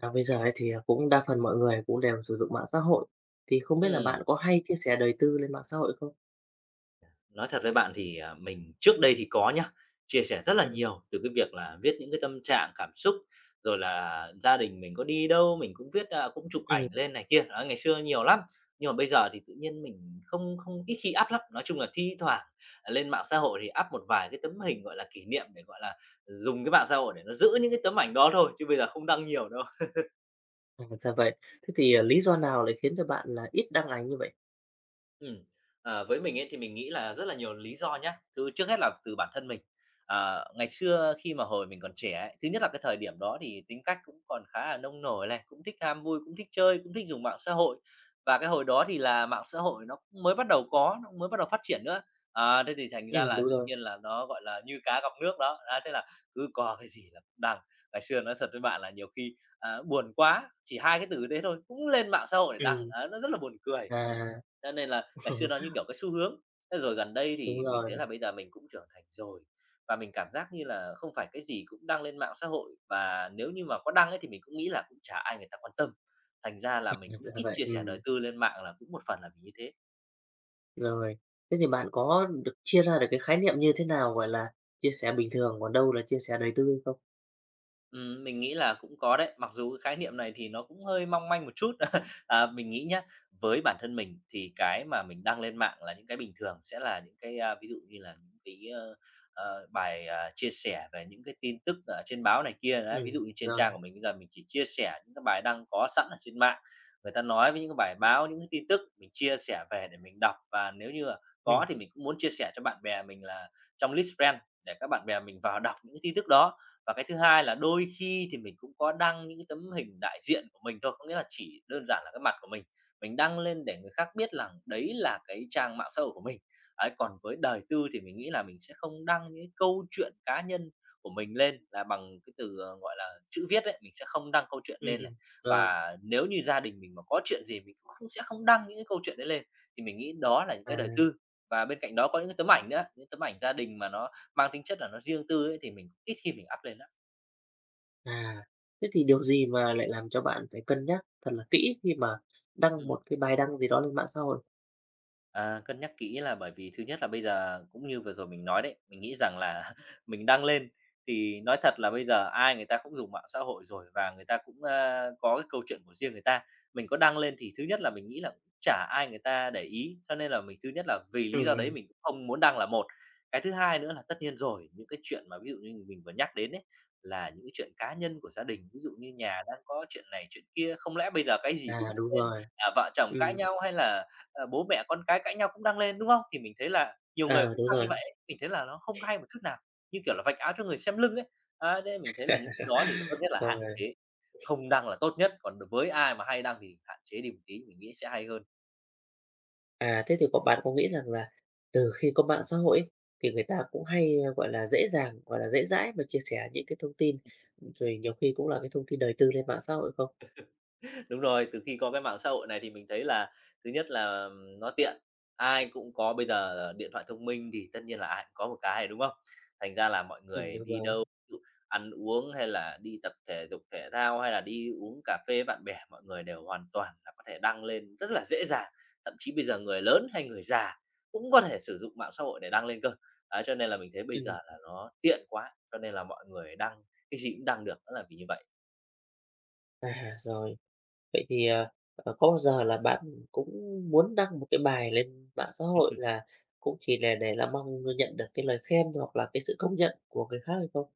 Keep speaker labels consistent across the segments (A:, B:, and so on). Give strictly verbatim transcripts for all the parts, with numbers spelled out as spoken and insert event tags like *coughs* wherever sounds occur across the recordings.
A: À, bây giờ ấy thì, à, cũng đa phần mọi người cũng đều sử dụng mạng xã hội, thì không biết là bạn
B: Ừm,
A: có hay chia sẻ đời tư lên mạng xã hội không?
B: nói thật với bạn thì, à, mình trước đây thì có nhá, chia sẻ rất là
A: Ừm,
B: nhiều từ cái việc là viết những cái tâm trạng, cảm xúc, rồi là gia đình mình có đi đâu mình cũng viết, à, cũng chụp
A: ừm,
B: ảnh lên này kia, đấy, ngày xưa nhiều lắm. Nhưng mà bây giờ thì tự nhiên mình không không ít khi up lắm, nói chung là thi thoảng, à, lên mạng xã hội thì up một vài cái tấm hình, gọi là, kỷ niệm để, gọi là, dùng cái mạng xã hội để nó giữ những cái tấm ảnh đó thôi, chứ bây giờ không đăng nhiều đâu.
A: à, ra vậy. Thế thì, à, lý do nào lại khiến cho bạn là ít đăng ảnh như vậy?
B: Ừm, ờ, với mình ấy thì mình nghĩ là rất là nhiều lý do nhá. Thứ trước hết là từ bản thân mình. Ờ, ngày xưa khi mà hồi mình còn trẻ ấy, thứ nhất là cái thời điểm đó thì tính cách cũng còn khá là nông nổi này, cũng thích ham vui, cũng thích chơi, cũng thích dùng mạng xã hội. Và cái hồi đó thì là mạng xã hội nó cũng mới bắt đầu có, nó cũng mới bắt đầu phát triển nữa. À, thế thì thành ra
A: Ừm,
B: là
A: đúng
B: tự
A: rồi,
B: nhiên là nó, gọi là, như cá gặp nước đó. Á, thế là cứ có cái gì là cũng đăng. Ngày xưa nói thật với bạn là nhiều khi, à, buồn quá, chỉ hai cái từ thế thôi, cũng lên mạng xã hội để đăng,
A: ừm,
B: á, nó rất là buồn cười.
A: à,
B: Cho nên là ngày xưa nó như
A: *laughs*
B: kiểu cái xu hướng, thế rồi gần đây
A: đúng
B: thì mình thấy
A: rồi.
B: là bây giờ mình cũng trưởng thành rồi, và mình cảm giác như là không phải cái gì cũng đăng lên mạng xã hội, và nếu như mà có đăng ấy thì mình cũng nghĩ là cũng chả ai người ta quan tâm. Thành ra là
A: Ừ,
B: mình cũng
A: là
B: ít
A: vậy,
B: chia sẻ
A: ừm,
B: đời tư lên mạng là cũng một phần là vì như thế.
A: rồi. Thế thì bạn có được chia ra được cái khái niệm như thế nào, gọi là, chia sẻ bình thường, còn đâu là chia sẻ đời tư hay không?
B: Ừm, mình nghĩ là cũng có đấy, mặc dù cái khái niệm này thì nó cũng hơi mong manh một chút. *laughs* À, mình nghĩ nhá, với bản thân mình thì cái mà mình đăng lên mạng là những cái bình thường, sẽ là những cái, a, ví dụ như là những cái, ơ, ờ, bài, à, chia sẻ về những cái tin tức ở trên báo này kia, đấy. Ví
A: Ừm,
B: dụ như trên trang
A: rồi,
B: của mình bây giờ mình chỉ chia sẻ những cái bài đăng có sẵn ở trên mạng, người ta nói với những cái bài báo, những cái tin tức mình chia sẻ về để mình đọc. Và nếu như là
A: ừm,
B: có thì mình cũng muốn chia sẻ cho bạn bè mình là trong list friend để các bạn bè mình vào *laughs* đọc những cái tin tức đó. Và cái thứ hai là đôi khi thì mình cũng có đăng những cái tấm hình đại diện của mình thôi, có nghĩa là chỉ đơn giản là cái mặt của mình, mình đăng lên để người khác biết rằng đấy là cái trang mạng xã hội của mình. Ấy, còn với đời tư thì mình nghĩ là mình sẽ không đăng những cái câu chuyện cá nhân của mình lên là bằng cái từ, ờ, gọi là, chữ viết đấy mình sẽ không đăng câu chuyện
A: ừm,
B: lên này.
A: ừm, rồi,
B: Và nếu như gia đình mình mà có chuyện gì mình cũng sẽ không đăng những cái câu chuyện đấy lên, thì mình nghĩ đó là những cái đời
A: à.
B: tư. Và bên cạnh đó có những cái tấm ảnh nữa, những tấm ảnh gia đình mà nó mang tính chất là nó riêng tư ấy, thì mình ít khi mình up lên lắm.
A: À, thế thì điều gì mà lại làm cho bạn phải cân nhắc thật là kỹ khi mà đăng
B: Ừm.
A: một cái bài đăng gì đó lên mạng xã hội?
B: À, cân nhắc kỹ là bởi vì thứ nhất là bây giờ cũng như vừa rồi mình nói đấy, mình nghĩ rằng là *laughs* mình đăng lên thì nói thật là bây giờ ai người ta cũng dùng mạng xã hội rồi và người ta cũng, a, có cái câu chuyện của riêng người ta. Mình có đăng lên thì thứ nhất là mình nghĩ là cũng chả ai người ta để ý, cho nên là mình thứ nhất là vì
A: Ừm,
B: lý do đấy
A: ừm,
B: mình cũng không muốn đăng là một. Cái thứ hai nữa là tất nhiên rồi, những cái chuyện mà ví dụ như mình vừa nhắc đến ấy, là những cái chuyện cá nhân của gia đình, ví dụ như nhà đang có chuyện này chuyện kia, không lẽ bây giờ cái gì cũng
A: à, đúng
B: lên,
A: rồi,
B: à, vợ chồng cãi
A: ừm,
B: nhau hay là ờ, bố mẹ con cái cãi nhau cũng đang lên, đúng không? Thì mình thấy là nhiều người
A: ờ,
B: cũng
A: đúng
B: đăng như
A: rồi.
B: vậy ấy, mình thấy là nó không hay một chút nào, như kiểu là vạch áo cho người xem lưng ấy. Á, nên mình thấy là những cái đó thì tốt
A: *laughs*
B: nhất là hạn
A: Rồi,
B: chế, không đăng là tốt nhất, còn với ai mà hay đăng thì hạn chế đi một tí, mình nghĩ sẽ hay hơn.
A: à, thế thì có bạn có nghĩ rằng là từ khi có mạng xã hội ấy, thì người ta cũng hay, ờ, gọi là, dễ dàng, gọi là, dễ dãi mà chia sẻ những cái thông tin, rồi nhiều khi cũng là cái thông tin đời tư lên mạng xã hội không?
B: Đúng rồi, từ khi có cái mạng xã hội này thì mình thấy là thứ nhất là, ừm, nó tiện, ai cũng có bây giờ điện thoại thông minh thì tất nhiên là ai cũng có một cái, đúng không? Thành ra là mọi
A: Ừm,
B: người
A: được
B: đi
A: rồi,
B: đâu, ví dụ ăn uống hay là đi tập thể dục thể thao, hay là đi uống cà phê với bạn bè, mọi người đều hoàn toàn là có thể đăng lên rất là dễ dàng. Thậm chí bây giờ người lớn hay người già cũng có thể sử dụng mạng xã hội để đăng lên cơ. Đấy, cho nên là mình thấy bây
A: ừm,
B: giờ là nó tiện quá, cho nên là mọi người đăng cái gì cũng đăng được, nó là vì như vậy.
A: à, rồi. Vậy thì, à, ờ, có bao giờ là bạn cũng muốn đăng một cái bài lên mạng xã hội là cũng chỉ là để là mong nhận được cái lời khen hoặc là cái sự công nhận của người khác hay không?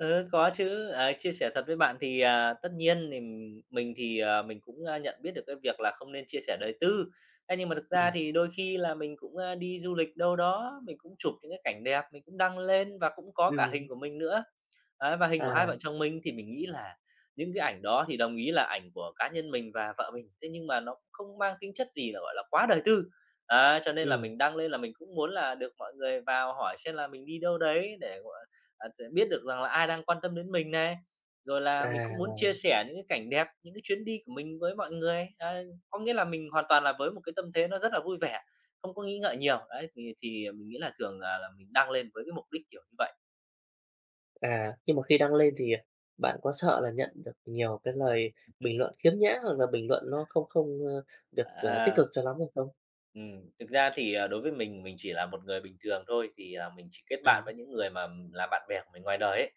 B: Ừ, có chứ, à, chia sẻ thật với bạn thì, à, tất nhiên thì m- mình thì, à, mình cũng, a, nhận biết được cái việc là không nên chia sẻ đời tư. Thế nhưng mà thực ra
A: Ừ,
B: thì đôi khi là mình cũng, a, đi du lịch đâu đó, mình cũng chụp những cái cảnh đẹp, mình cũng đăng lên và cũng có cả
A: ừm,
B: hình của mình nữa. Đấy, và hình của hai
A: à,
B: vợ chồng mình thì mình nghĩ là những cái ảnh đó thì đồng ý là ảnh của cá nhân mình và vợ mình, thế nhưng mà nó cũng không mang tính chất gì là, gọi là, quá đời tư. Đấy, cho nên là
A: ừm,
B: mình đăng lên là mình cũng muốn là được mọi người vào hỏi xem là mình đi đâu đấy để, gọi à, ch biết được rằng là ai đang quan tâm đến mình này, rồi là
A: à.
B: mình cũng muốn chia sẻ những cái cảnh đẹp, những cái chuyến đi của mình với mọi người. Đấy, có nghĩa là mình hoàn toàn là với một cái tâm thế nó rất là vui vẻ, không có nghĩ ngợi nhiều. Đấy, thì thì mình nghĩ là thường là là mình đăng lên với cái mục đích kiểu như vậy.
A: À, nhưng mà khi đăng lên thì, à, bạn có sợ là nhận được nhiều cái lời bình luận khiếm nhã hoặc là bình luận nó không không, ơ, được, ờ, tích cực
B: À.
A: cho lắm hay không?
B: Ừm, thực ra thì, à, đối với mình, mình chỉ là một người bình thường thôi, thì, à, mình chỉ kết bạn
A: Ừ,
B: với những người mà m- là bạn bè của mình ngoài đời ấy.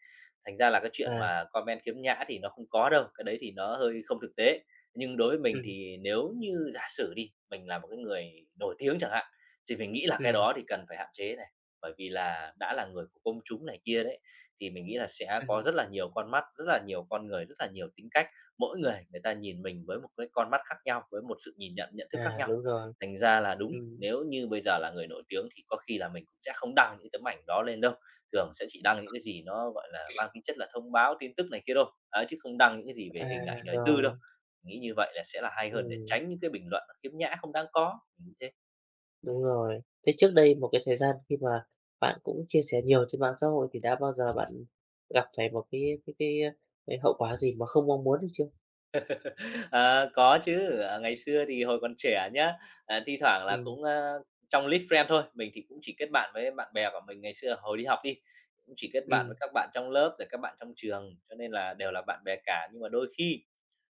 B: Thành ra là cái chuyện
A: à,
B: mà comment khiếm nhã thì nó không có đâu, cái đấy thì nó hơi không thực tế. Nhưng đối với
A: Ừ,
B: mình thì nếu như giả sử đi, mình là một cái người nổi tiếng chẳng hạn, thì mình nghĩ là cái
A: ừm,
B: đó thì cần phải hạn chế này, bởi vì là đã là người của công chúng này kia đấy, thì mình nghĩ là sẽ có
A: ừm,
B: rất là nhiều con mắt, rất là nhiều con người, rất là nhiều tính cách. Mỗi người người ta nhìn mình với một cái con mắt khác nhau, với một sự nhìn nhận, nhận thức
A: à,
B: khác nhau.
A: đúng rồi,
B: Thành ra là đúng,
A: ừm,
B: nếu như bây giờ là người nổi tiếng thì có khi là mình cũng sẽ không đăng những tấm ảnh đó lên đâu, thường sẽ chỉ đăng những cái gì nó, gọi là, mang tính chất là thông báo, tin tức này kia thôi, ấy, chứ không đăng những cái gì
A: à,
B: về hình ảnh đời tư đâu.
A: rồi,
B: Nghĩ như vậy là sẽ là hay hơn để
A: ừm.
B: tránh những cái bình luận nó khiếm nhã không đáng có, mình thế.
A: Đúng rồi. Thế trước đây một cái thời gian khi mà bạn cũng chia sẻ nhiều trên mạng xã hội thì đã bao giờ bạn gặp phải một cái cái cái, cái hậu quả gì mà không mong muốn hay chưa?
B: Ờ, có chứ, ờ, ngày xưa thì hồi còn trẻ nhá, à, thi thoảng
A: Ừ,
B: là cũng, a, trong list friend thôi, mình thì cũng chỉ kết bạn với bạn bè của mình ngày xưa hồi đi học đi, cũng chỉ kết bạn
A: ừ,
B: với các bạn trong lớp, rồi các bạn trong trường, cho nên là đều là bạn bè cả. Nhưng mà đôi khi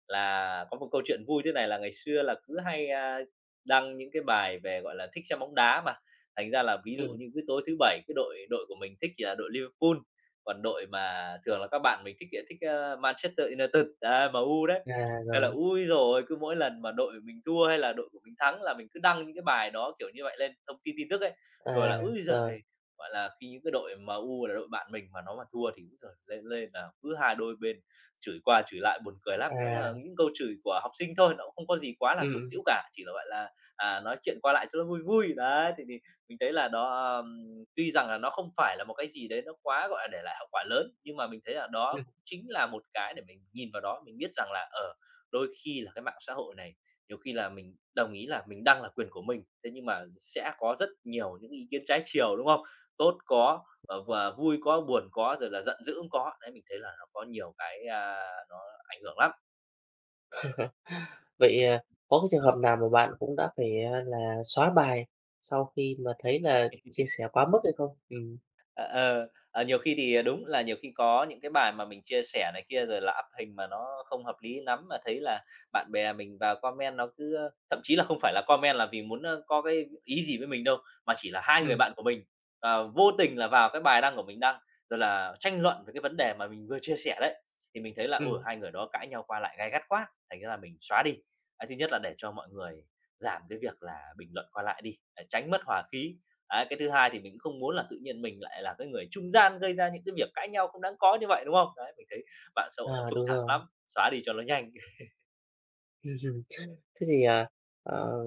B: là có một câu chuyện vui thế này là ngày xưa là cứ hay, a, đăng những cái bài về, gọi là, thích xem bóng đá mà, thành ra là ví dụ
A: ừm.
B: như cứ tối thứ Bảy cái đội đội của mình thích thì là đội Liverpool, còn đội mà thường là các bạn mình thích thì thích, a, Manchester United, đấy, M U đấy.
A: À,
B: Thế là,
A: rồi,
B: ôi rồi cứ mỗi lần mà đội mình thua hay là đội của mình thắng là mình cứ đăng những cái bài đó, kiểu như vậy, lên thông tin tin tức ấy. Rồi là,
A: à,
B: ôi
A: rồi,
B: giời, gọi là, khi những cái đội M U là đội bạn mình mà nó mà thua thì, cũng giời, lên lên là cứ hai đôi bên chửi qua chửi lại buồn cười lắm, đó là
A: à,
B: những câu chửi của học sinh thôi, nó cũng không có gì quá là
A: ừm,
B: tục
A: ừm,
B: tĩu cả, chỉ là, gọi là, à, nói chuyện qua lại cho nó vui vui. Đấy, thì thì mình thấy là đó, ờm, tuy rằng là nó không phải là một cái gì đấy nó quá, gọi là, để lại hậu quả lớn, nhưng mà mình thấy là
A: *laughs*
B: đó
A: ừm.
B: cũng chính là một cái để mình nhìn vào đó, mình biết rằng là, ở đôi khi là cái mạng xã hội này, nhiều khi là mình đồng ý là mình đăng là quyền của mình, thế nhưng mà sẽ có rất nhiều những ý kiến trái chiều, đúng không? Tốt có, và và vui có, buồn có, rồi là giận dữ cũng có. Đấy, mình thấy là nó có nhiều cái, a, nó ảnh hưởng lắm.
A: Vậy, à, có cái trường hợp nào mà bạn cũng đã phải, a, là xóa bài sau khi mà thấy là chia
B: *laughs*
A: sẻ quá mức hay không? Ừ,
B: Ờ, ờ, ờ, nhiều khi thì ờ, đúng là nhiều khi có những cái bài mà mình chia sẻ này kia rồi là up hình mà nó không hợp lý lắm, mà thấy là bạn bè mình vào comment nó cứ, ơ thậm chí là không phải là comment là vì muốn, ơ, có cái ý gì với mình đâu, mà chỉ là hai người
A: ừ,
B: bạn của mình, ờ, vô tình là vào cái bài đăng của mình đăng, rồi là tranh luận về cái vấn đề mà mình vừa chia sẻ đấy. Thì mình thấy là, ừ,
A: ừ.
B: hai người đó cãi nhau qua lại gay gắt quá, thành ra là mình xóa đi. Cái thứ nhất là để cho mọi người giảm cái việc là bình luận qua lại đi, để tránh mất hòa khí. Đấy, cái thứ hai thì mình cũng không muốn là tự nhiên mình lại là cái người trung gian gây ra những cái việc cãi nhau không đáng có như vậy, đúng không? Đấy, mình thấy mạng xã hội nó
A: À,
B: phức
A: đúng
B: tạp
A: rồi.
B: lắm, xóa đi cho nó nhanh. *laughs*
A: *laughs* Thế thì, à, ờ,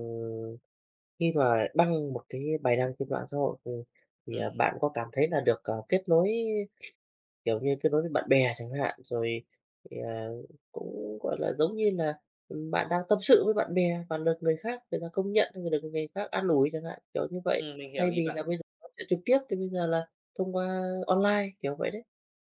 A: khi mà đăng một cái bài đăng trên mạng xã hội thì thì,
B: Ừ,
A: à, bạn có cảm thấy là được, ờ, kết nối, kiểu như, kết nối với bạn bè chẳng hạn, rồi thì, à, cũng, gọi là, giống như là, ừ, bạn đang tâm sự với bạn bè và được người khác người ta công nhận, người được người khác an ủi chẳng hạn, kiểu như vậy,
B: ừm, mình hiểu
A: thay
B: ý
A: vì
B: bạn.
A: là bây giờ nói chuyện trực tiếp thì bây giờ là thông qua online, kiểu vậy đấy.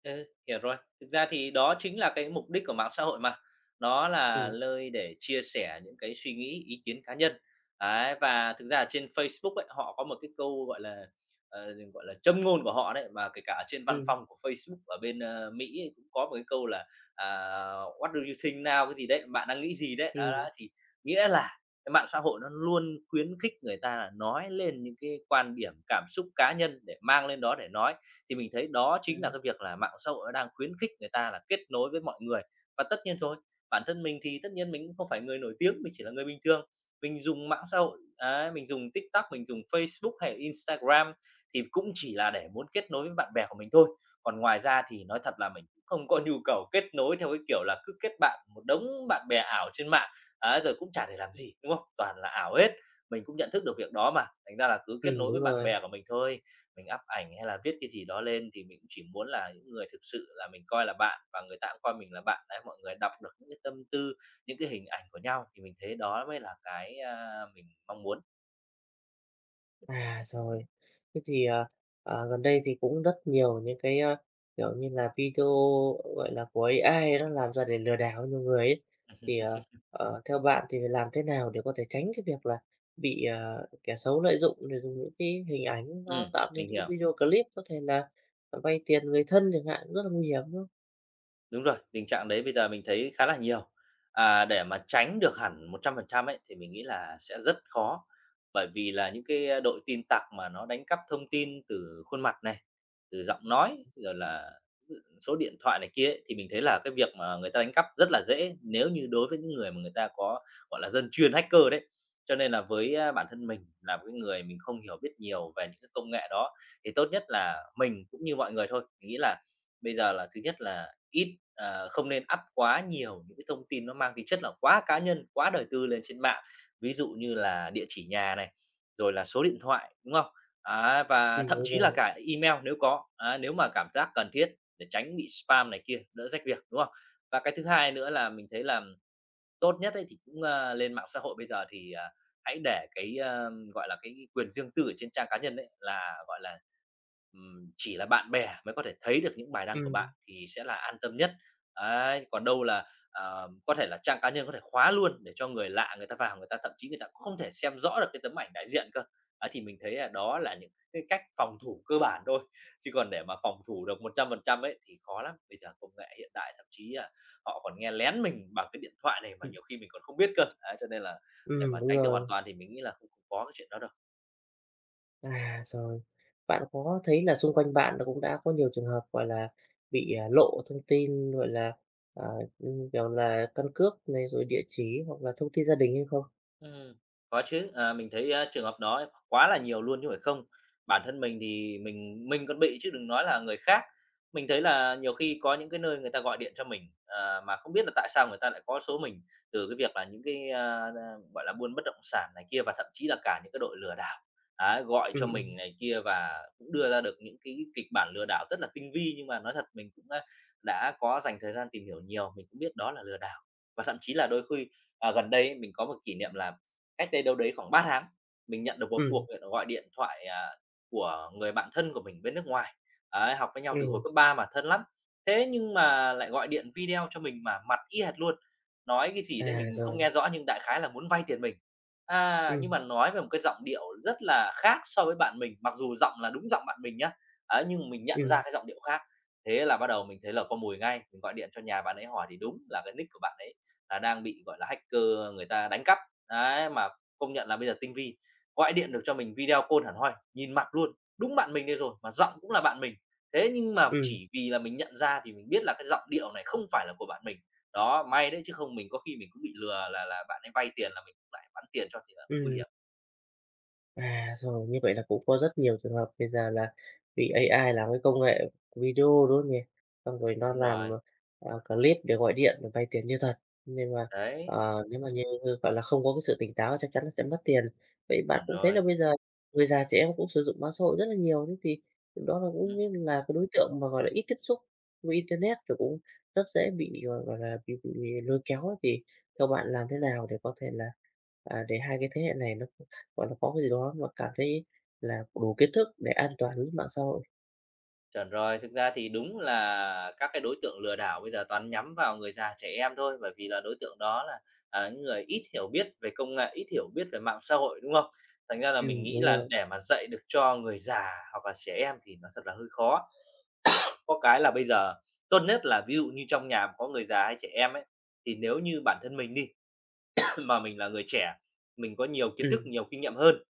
B: Ừ, hiểu rồi. Thực ra thì đó chính là cái mục đích của mạng xã hội mà. Nó là
A: Ừm,
B: nơi để chia sẻ những cái suy nghĩ, ý kiến cá nhân. Đấy, và thực ra ở trên Facebook ấy, họ có một cái câu gọi là ờ, gọi là châm ngôn của họ đấy và kể cả ở trên văn
A: ừm,
B: phòng của Facebook ở bên ờ, Mỹ ấy, cũng có một cái câu là à, what do you think now cái gì đấy, bạn đang nghĩ gì đấy. Đó, đó
A: ừm,
B: thì nghĩa là cái mạng xã hội nó luôn khuyến khích người ta là nói lên những cái quan điểm, cảm xúc cá nhân để mang lên đó để nói thì mình thấy đó chính là
A: ừm,
B: cái việc là mạng xã hội nó đang khuyến khích người ta là kết nối với mọi người. Và tất nhiên thôi bản thân mình thì tất nhiên mình cũng không phải người nổi tiếng, mình chỉ là người bình thường, mình dùng mạng xã hội, ấy, mình dùng TikTok, mình dùng Facebook hay Instagram thì cũng chỉ là để muốn kết nối với bạn bè của mình thôi. Còn ngoài ra thì nói thật là mình cũng không có nhu cầu kết nối theo cái kiểu là cứ kết bạn một đống bạn bè ảo trên mạng, ấy, rồi cũng chả để làm gì, đúng không? Toàn là ảo hết. Mình cũng nhận thức được việc đó mà, thành ra là cứ kết
A: ừm,
B: nối
A: đúng
B: với bạn
A: rồi.
B: bè của mình thôi. Mình up ảnh hay là viết cái gì đó lên thì mình cũng chỉ muốn là những người thực sự là mình coi là bạn và người ta cũng coi mình là bạn. Đấy, mọi người đọc được những cái tâm tư, những cái hình ảnh của nhau thì mình thấy đó mới là cái, a, mình mong muốn.
A: À, rồi. Thế thì, ờ, ờ, gần đây thì cũng rất nhiều những cái, ơ, kiểu như là, video, gọi là, của a i nó làm ra để lừa đảo nhiều người ấy. Thì, ờ, ờ, theo bạn thì phải làm thế nào để có thể tránh cái việc là bị, ờ, kẻ xấu lợi dụng để dùng những cái hình ảnh nó
B: Ừm,
A: tạo nên
B: mình
A: những cái
B: hiểu.
A: video clip có thể là vay tiền người thân chẳng hạn, rất là nguy hiểm, đúng không?
B: Đúng rồi, tình trạng đấy bây giờ mình thấy khá là nhiều. À, để mà tránh được hẳn một trăm phần trăm ấy thì mình nghĩ là sẽ rất khó, bởi vì là những cái, đội tin tặc mà nó đánh cắp thông tin từ khuôn mặt này, từ giọng nói, rồi là, ừ, số điện thoại này kia ấy, thì mình thấy là cái việc mà người ta đánh cắp rất là dễ nếu như đối với những người mà người ta có, gọi là, dân chuyên hacker đấy. Cho nên là với, a, bản thân mình là một cái người mình không hiểu biết nhiều về những cái công nghệ đó, thì tốt nhất là mình cũng như mọi người thôi. Mình nghĩ là bây giờ là thứ nhất là ít, ờ, không nên up quá nhiều những cái thông tin nó mang tính chất là quá cá nhân, quá đời tư lên trên mạng. Ví dụ như là địa chỉ nhà này, rồi là số điện thoại, đúng không? Á, và
A: Ừm,
B: thậm
A: đúng
B: chí là
A: rồi.
B: cả email nếu có, á, nếu mà cảm giác cần thiết để tránh bị spam này kia, đỡ rách việc, đúng không? Và cái thứ hai nữa là mình thấy là tốt nhất ấy thì cũng, a, lên mạng xã hội bây giờ thì, à, hãy để cái, a, gọi là, cái quyền riêng tư ở trên trang cá nhân ấy là, gọi là, ừm, chỉ là bạn bè mới có thể thấy được những bài đăng của
A: Ừm,
B: bạn thì sẽ là an tâm nhất. Đấy, còn đâu là, ờ, có thể là trang cá nhân có thể khóa luôn để cho người lạ người ta vào, người ta thậm chí người ta cũng không thể xem rõ được cái tấm ảnh đại diện cơ. Ấy, thì mình thấy là đó là những cái cách phòng thủ cơ bản thôi, chứ còn để mà phòng thủ được một trăm phần trăm ấy thì khó lắm. Bây giờ công nghệ hiện đại thậm chí, à, họ còn nghe lén mình bằng cái điện thoại này mà
A: ừm,
B: nhiều khi mình còn không biết cơ. Đấy, cho nên là để
A: ừm,
B: mà
A: đúng
B: tránh được hoàn
A: rồi.
B: toàn thì mình nghĩ là không không có cái chuyện đó đâu.
A: À, rồi. Bạn có thấy là xung quanh bạn nó cũng đã có nhiều trường hợp, gọi là, bị, à, lộ thông tin, gọi là, à, ừm, kiểu là, căn cước này, rồi địa chỉ hoặc là thông tin gia đình hay không?
B: Ừm, có chứ, à, mình thấy, a, trường hợp đó quá là nhiều luôn chứ phải không. Bản thân mình thì mình mình còn bị chứ đừng nói là người khác. Mình thấy là nhiều khi có những cái nơi người ta gọi điện cho mình, ờ, mà không biết là tại sao người ta lại có số mình, từ cái việc là những cái, a, a, gọi là, buôn bất động sản này kia và thậm chí là cả những cái đội lừa đảo, ấy, gọi
A: Ừ,
B: cho
A: ừ,
B: mình này kia và cũng đưa ra được những cái kịch bản lừa đảo rất là tinh vi. Nhưng mà nói thật mình cũng, a, đã có dành thời gian tìm hiểu nhiều, mình cũng biết đó là lừa đảo. Và thậm chí là đôi khi. À, gần đây ấy, mình có một kỷ niệm là cách đây đâu đấy khoảng ba tháng, mình nhận được một
A: ừm,
B: cuộc ờ, gọi điện thoại, à, của người bạn thân của mình bên nước ngoài. Ấy, học với nhau từ hồi
A: ừm,
B: cấp ba mà thân lắm. Thế nhưng mà lại gọi điện video cho mình mà mặt y hệt luôn, nói cái gì
A: à,
B: đấy mình không
A: rồi,
B: nghe rõ nhưng đại khái là muốn vay tiền mình. À,
A: ừ,
B: nhưng mà nói về một cái giọng điệu rất là khác so với bạn mình, mặc dù giọng là đúng giọng bạn mình nhá, ấy, nhưng mình nhận
A: ừ,
B: ra cái giọng điệu khác. Thế là bắt đầu mình thấy là có mùi ngay, mình gọi điện cho nhà bạn ấy hỏi thì đúng là cái nick của bạn ấy là đang bị, gọi là, hacker người ta đánh cắp. Đấy, mà công nhận là bây giờ tinh vi, gọi điện được cho mình video call hẳn hoi, nhìn mặt luôn, đúng bạn mình đây rồi, mà giọng cũng là bạn mình. Thế nhưng mà
A: ừ,
B: chỉ vì là mình nhận ra thì mình biết là cái giọng điệu này không phải là của bạn mình. Đó, may đấy chứ không mình có khi mình cũng bị lừa là là bạn ấy vay tiền là mình cũng lại bắn tiền cho thì là cũng nguy
A: ừm.
B: hiểm.
A: À, rồi, như vậy là cũng có rất nhiều trường hợp bây giờ là vì a i làm cái công nghệ video, đúng không nhỉ? Xong rồi nó
B: Đúng
A: làm,
B: rồi,
A: ờ, clip để gọi điện để vay tiền như thật, nhưng mà,
B: đấy,
A: ờ, nếu mà như, như gọi là, không có cái sự tỉnh táo chắc chắn là sẽ mất tiền. Vậy bạn
B: chuẩn
A: cũng thấy là
B: rồi.
A: bây giờ người già trẻ em cũng sử dụng mạng xã hội rất là nhiều, thế thì đó là
B: Ừ.
A: cũng như là cái đối tượng mà, gọi là, ít tiếp xúc với internet rồi cũng rất dễ bị, gọi gọi là, bị bị lôi kéo ấy, thì theo bạn làm thế nào để có thể là, à, để hai cái thế hệ này nó gọi là, có cái gì đó mà cảm thấy là đủ kiến thức để an toàn với mạng xã hội.
B: Chuẩn rồi, thực ra thì đúng là các cái đối tượng lừa đảo bây giờ toàn nhắm vào người già, trẻ em thôi, bởi vì là đối tượng đó là, à, những người ít hiểu biết về công nghệ, ít hiểu biết về mạng xã hội, đúng không? Thành ra là mình
A: Ừm,
B: nghĩ
A: đúng
B: là
A: rồi.
B: để mà dạy được cho người già hoặc là trẻ em thì nó thật là hơi khó. Có cái là bây giờ tốt nhất là ví dụ như trong nhà mà có người già hay trẻ em ấy, thì nếu như bản thân mình đi, *coughs* *clears throat* mà mình là người trẻ, mình có nhiều kiến thức,
A: Ừm,
B: nhiều kinh nghiệm hơn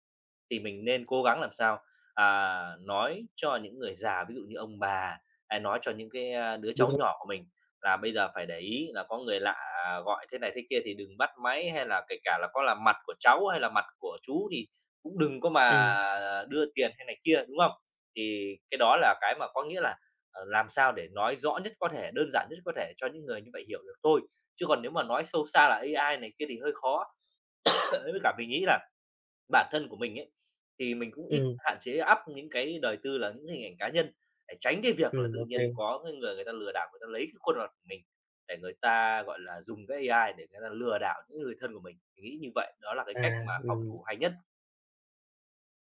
B: thì mình nên cố gắng làm sao, à, nói cho những người già, ví dụ như ông bà, hay nói cho những cái, a, đứa
A: đúng
B: cháu
A: rồi.
B: nhỏ của mình là bây giờ phải để ý là có người lạ gọi thế này thế kia thì đừng bắt máy, hay là kể cả là có là mặt của cháu hay là mặt của chú thì cũng đừng có mà
A: Ừm,
B: đưa tiền hay này kia, đúng không? Thì cái đó là cái mà có nghĩa là, ờ, làm sao để nói rõ nhất có thể, đơn giản nhất có thể cho những người như vậy hiểu được thôi. Chứ còn nếu mà nói sâu xa là a i này kia thì hơi khó. *laughs* Với cả mình nghĩ là bản thân của mình ấy, thì mình cũng ít
A: ừm,
B: hạn chế up những cái đời tư là những hình ảnh cá nhân, để tránh cái việc là
A: ừm,
B: tự
A: ô kê.
B: nhiên có cái người người ta lừa đảo, người ta lấy cái khuôn mặt của mình để người ta, gọi là, dùng cái a i để người ta lừa đảo những người thân của mình. Mình nghĩ như vậy đó là cái
A: À,
B: cách mà phòng
A: ừm,
B: thủ hay nhất.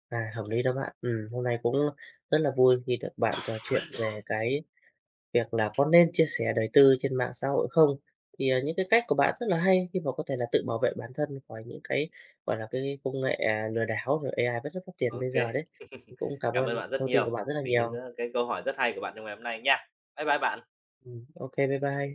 A: à, hợp lý đó bạn. Ừm, hôm nay cũng rất là vui khi được bạn trò chuyện về cái việc là có nên chia sẻ đời tư trên mạng xã hội không? Thì, à, những cái cách của bạn rất là hay khi mà có thể là tự bảo vệ bản thân khỏi những cái, gọi là, cái công nghệ, à, lừa đảo rồi a i vẫn rất phát triển bây
B: OK.
A: giờ đấy.
B: *laughs*
A: Cũng cảm
B: Cảm ơn
A: ơn
B: bạn rất
A: thông tin của
B: nhiều
A: bạn rất là
B: vì những,
A: nhiều.
B: ơ, cái câu hỏi rất hay của bạn trong ngày hôm nay nha. Bye bye bạn.
A: Ừm, ô kê, bye bye.